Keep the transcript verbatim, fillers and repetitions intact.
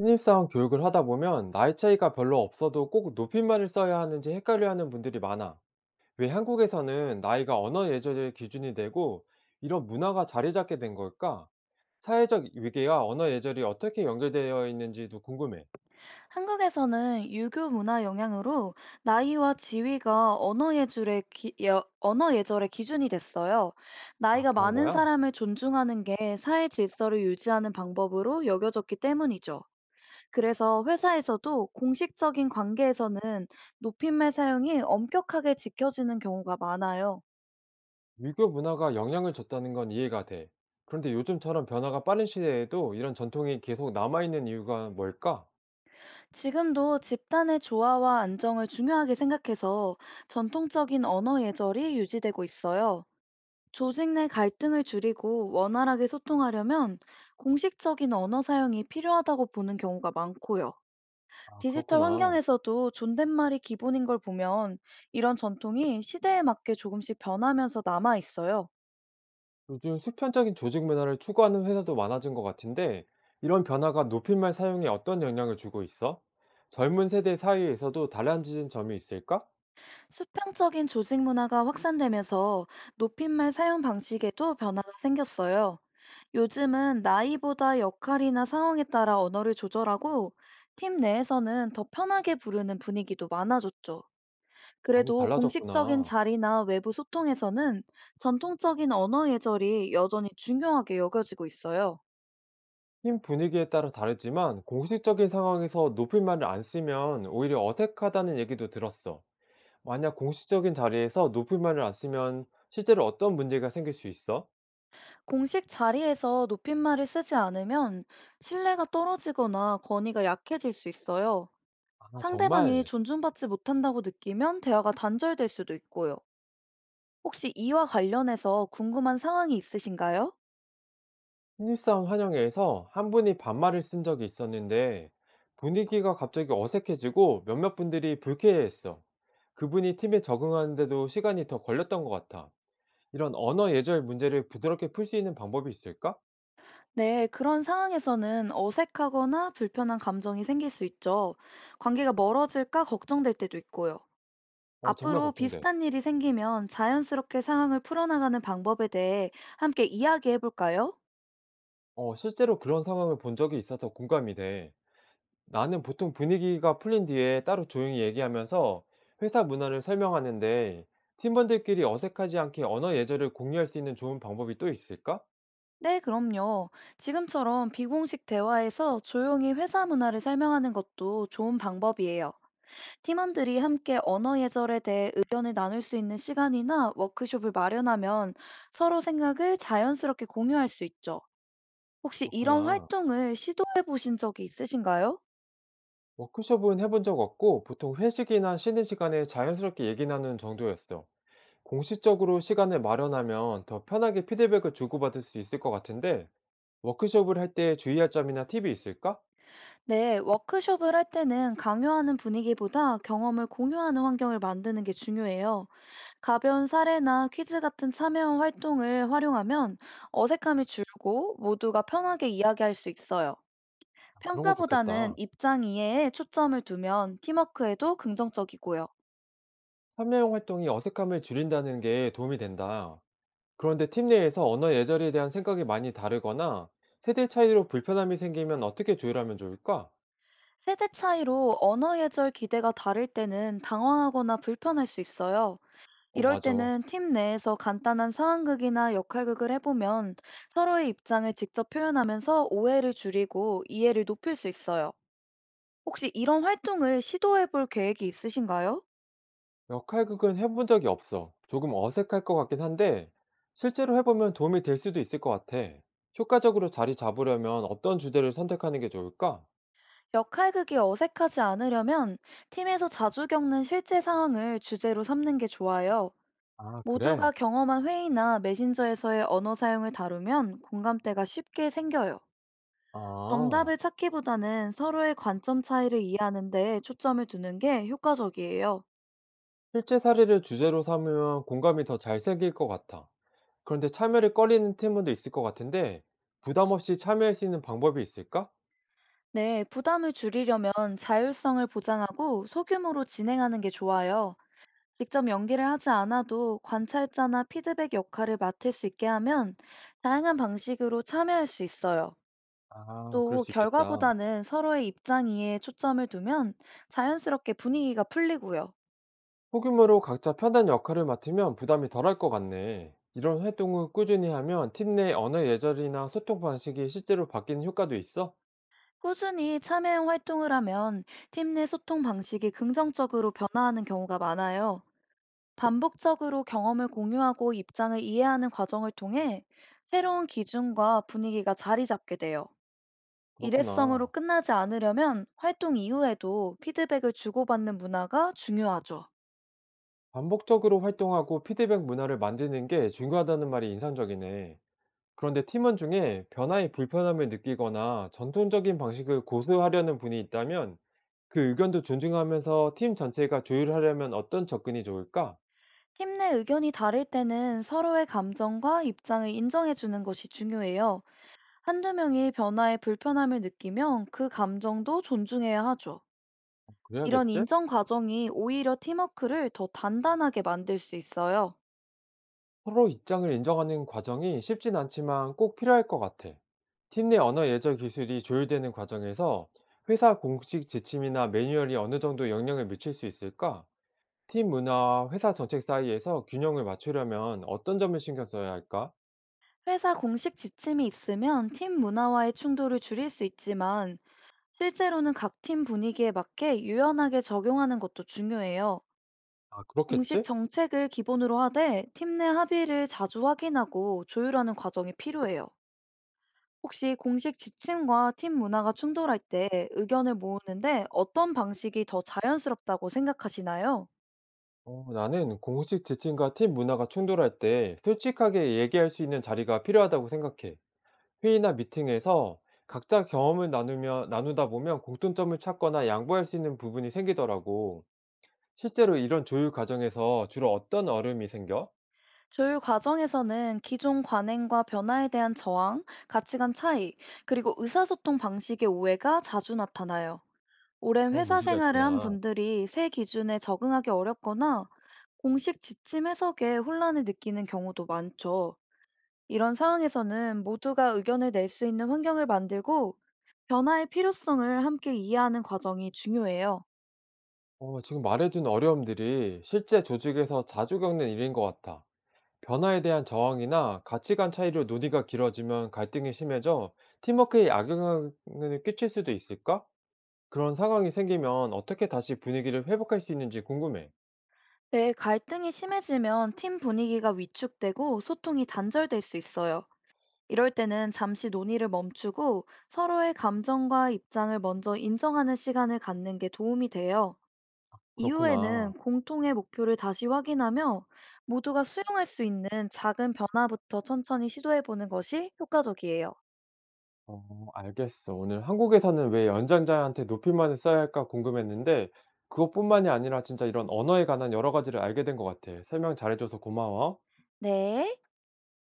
신입사원 교육을 하다 보면 나이 차이가 별로 없어도 꼭 높임말을 써야 하는지 헷갈려하는 분들이 많아. 왜 한국에서는 나이가 언어 예절의 기준이 되고 이런 문화가 자리 잡게 된 걸까? 사회적 위계와 언어 예절이 어떻게 연결되어 있는지도 궁금해. 한국에서는 유교 문화 영향으로 나이와 지위가 언어 예절의 기, 여- 언어 예절의 기준이 됐어요. 아, 나이가 그런 많은 거야? 사람을 존중하는 게 사회 질서를 유지하는 방법으로 여겨졌기 때문이죠. 그래서 회사에서도 공식적인 관계에서는 높임말 사용이 엄격하게 지켜지는 경우가 많아요. 유교 문화가 영향을 줬다는 건 이해가 돼. 그런데 요즘처럼 변화가 빠른 시대에도 이런 전통이 계속 남아있는 이유가 뭘까? 지금도 집단의 조화와 안정을 중요하게 생각해서 전통적인 언어 예절이 유지되고 있어요. 조직 내 갈등을 줄이고 원활하게 소통하려면 공식적인 언어 사용이 필요하다고 보는 경우가 많고요. 아, 디지털 그렇구나. 환경에서도 존댓말이 기본인 걸 보면 이런 전통이 시대에 맞게 조금씩 변하면서 남아 있어요. 요즘 수평적인 조직 문화를 추구하는 회사도 많아진 것 같은데, 이런 변화가 높임말 사용에 어떤 영향을 주고 있어? 젊은 세대 사이에서도 달라진 점이 있을까? 수평적인 조직 문화가 확산되면서 높임말 사용 방식에도 변화가 생겼어요. 요즘은 나이보다 역할이나 상황에 따라 언어를 조절하고 팀 내에서는 더 편하게 부르는 분위기도 많아졌죠. 많이 그래도 공식적인 달라졌구나. 자리나 외부 소통에서는 전통적인 언어 예절이 여전히 중요하게 여겨지고 있어요. 팀 분위기에 따라 다르지만, 공식적인 상황에서 높임말을 안 쓰면 오히려 어색하다는 얘기도 들었어. 만약 공식적인 자리에서 높임말을 안 쓰면 실제로 어떤 문제가 생길 수 있어? 공식 자리에서 높임말을 쓰지 않으면 신뢰가 떨어지거나 권위가 약해질 수 있어요. 아, 상대방이 정말? 존중받지 못한다고 느끼면 대화가 단절될 수도 있고요. 혹시 이와 관련해서 궁금한 상황이 있으신가요? 신입사원 환영회에서 한 분이 반말을 쓴 적이 있었는데 분위기가 갑자기 어색해지고 몇몇 분들이 불쾌해했어. 그분이 팀에 적응하는데도 시간이 더 걸렸던 것 같아. 이런 언어 예절 문제를 부드럽게 풀 수 있는 방법이 있을까? 네, 그런 상황에서는 어색하거나 불편한 감정이 생길 수 있죠. 관계가 멀어질까 걱정될 때도 있고요. 어, 정말 앞으로 걱정돼. 비슷한 일이 생기면 자연스럽게 상황을 풀어나가는 방법에 대해 함께 이야기해 볼까요? 어, 실제로 그런 상황을 본 적이 있어서 공감이 돼. 나는 보통 분위기가 풀린 뒤에 따로 조용히 얘기하면서 회사 문화를 설명하는데 팀원들끼리 어색하지 않게 언어 예절을 공유할 수 있는 좋은 방법이 또 있을까? 네, 그럼요. 지금처럼 비공식 대화에서 조용히 회사 문화를 설명하는 것도 좋은 방법이에요. 팀원들이 함께 언어 예절에 대해 의견을 나눌 수 있는 시간이나 워크숍을 마련하면 서로 생각을 자연스럽게 공유할 수 있죠. 혹시 이런 그렇구나. 활동을 시도해 보신 적이 있으신가요? 워크숍은 해본 적 없고 보통 회식이나 쉬는 시간에 자연스럽게 얘기 나누는 정도였어. 공식적으로 시간을 마련하면 더 편하게 피드백을 주고받을 수 있을 것 같은데 워크숍을 할 때 주의할 점이나 팁이 있을까? 네, 워크숍을 할 때는 강요하는 분위기보다 경험을 공유하는 환경을 만드는 게 중요해요. 가벼운 사례나 퀴즈 같은 참여 활동을 활용하면 어색함이 줄고 모두가 편하게 이야기할 수 있어요. 그런 거 평가보다는 좋겠다. 입장 이해에 초점을 두면 팀워크에도 긍정적이고요. 참여형 활동이 어색함을 줄인다는 게 도움이 된다. 그런데 팀 내에서 언어 예절에 대한 생각이 많이 다르거나 세대 차이로 불편함이 생기면 어떻게 조율하면 좋을까? 세대 차이로 언어 예절 기대가 다를 때는 당황하거나 불편할 수 있어요. 어, 이럴 맞아. 때는 팀 내에서 간단한 상황극이나 역할극을 해보면 서로의 입장을 직접 표현하면서 오해를 줄이고 이해를 높일 수 있어요. 혹시 이런 활동을 시도해볼 계획이 있으신가요? 역할극은 해본 적이 없어. 조금 어색할 것 같긴 한데, 실제로 해보면 도움이 될 수도 있을 것 같아. 효과적으로 자리 잡으려면 어떤 주제를 선택하는 게 좋을까? 역할극이 어색하지 않으려면 팀에서 자주 겪는 실제 상황을 주제로 삼는 게 좋아요. 아, 그래? 모두가 경험한 회의나 메신저에서의 언어 사용을 다루면 공감대가 쉽게 생겨요. 아, 정답을 찾기보다는 서로의 관점 차이를 이해하는 데 초점을 두는 게 효과적이에요. 실제 사례를 주제로 삼으면 공감이 더 잘 생길 것 같아. 그런데 참여를 꺼리는 팀원도 있을 것 같은데, 부담 없이 참여할 수 있는 방법이 있을까? 네, 부담을 줄이려면 자율성을 보장하고 소규모로 진행하는 게 좋아요. 직접 연기를 하지 않아도 관찰자나 피드백 역할을 맡을 수 있게 하면 다양한 방식으로 참여할 수 있어요. 아, 그럴 또 수 있겠다. 결과보다는 서로의 입장 이해에 초점을 두면 자연스럽게 분위기가 풀리고요. 소규모로 각자 편한 역할을 맡으면 부담이 덜할 것 같네. 이런 활동을 꾸준히 하면 팀 내 언어 예절이나 소통 방식이 실제로 바뀌는 효과도 있어? 꾸준히 참여형 활동을 하면 팀 내 소통 방식이 긍정적으로 변화하는 경우가 많아요. 반복적으로 경험을 공유하고 입장을 이해하는 과정을 통해 새로운 기준과 분위기가 자리 잡게 돼요. 일회성으로 그렇구나. 끝나지 않으려면 활동 이후에도 피드백을 주고받는 문화가 중요하죠. 반복적으로 활동하고 피드백 문화를 만드는 게 중요하다는 말이 인상적이네. 그런데 팀원 중에 변화에 불편함을 느끼거나 전통적인 방식을 고수하려는 분이 있다면 그 의견도 존중하면서 팀 전체가 조율하려면 어떤 접근이 좋을까? 팀 내 의견이 다를 때는 서로의 감정과 입장을 인정해주는 것이 중요해요. 한두 명이 변화에 불편함을 느끼면 그 감정도 존중해야 하죠. 이런 그래야겠지? 인정 과정이 오히려 팀워크를 더 단단하게 만들 수 있어요. 서로 입장을 인정하는 과정이 쉽진 않지만 꼭 필요할 것 같아. 팀 내 언어 예절 기술이 조율되는 과정에서 회사 공식 지침이나 매뉴얼이 어느 정도 영향을 미칠 수 있을까? 팀 문화와 회사 정책 사이에서 균형을 맞추려면 어떤 점을 신경 써야 할까? 회사 공식 지침이 있으면 팀 문화와의 충돌을 줄일 수 있지만 실제로는 각 팀 분위기에 맞게 유연하게 적용하는 것도 중요해요. 아, 공식 그렇겠지? 정책을 기본으로 하되 팀 내 합의를 자주 확인하고 조율하는 과정이 필요해요. 혹시 공식 지침과 팀 문화가 충돌할 때 의견을 모으는데 어떤 방식이 더 자연스럽다고 생각하시나요? 어, 나는 공식 지침과 팀 문화가 충돌할 때 솔직하게 얘기할 수 있는 자리가 필요하다고 생각해. 회의나 미팅에서 각자 경험을 나누며, 나누다 보면 공통점을 찾거나 양보할 수 있는 부분이 생기더라고. 실제로 이런 조율 과정에서 주로 어떤 어려움이 생겨? 조율 과정에서는 기존 관행과 변화에 대한 저항, 가치관 차이, 그리고 의사소통 방식의 오해가 자주 나타나요. 오랜 그런 회사 문제가 생활을 한 있구나. 분들이 새 기준에 적응하기 어렵거나 공식 지침 해석에 혼란을 느끼는 경우도 많죠. 이런 상황에서는 모두가 의견을 낼 수 있는 환경을 만들고 변화의 필요성을 함께 이해하는 과정이 중요해요. 어, 지금 말해준 어려움들이 실제 조직에서 자주 겪는 일인 것 같아. 변화에 대한 저항이나 가치관 차이로 논의가 길어지면 갈등이 심해져 팀워크에 악영향을 끼칠 수도 있을까? 그런 상황이 생기면 어떻게 다시 분위기를 회복할 수 있는지 궁금해. 네, 갈등이 심해지면 팀 분위기가 위축되고 소통이 단절될 수 있어요. 이럴 때는 잠시 논의를 멈추고 서로의 감정과 입장을 먼저 인정하는 시간을 갖는 게 도움이 돼요. 이후에는 그렇구나. 공통의 목표를 다시 확인하며 모두가 수용할 수 있는 작은 변화부터 천천히 시도해 보는 것이 효과적이에요. 어, 알겠어. 오늘 "한국에서는 왜 연장자한테 높임말을 써야 할까?" 궁금했는데 그것뿐만이 아니라 진짜 이런 언어에 관한 여러 가지를 알게 된 것 같아. 설명 잘해 줘서 고마워. 네.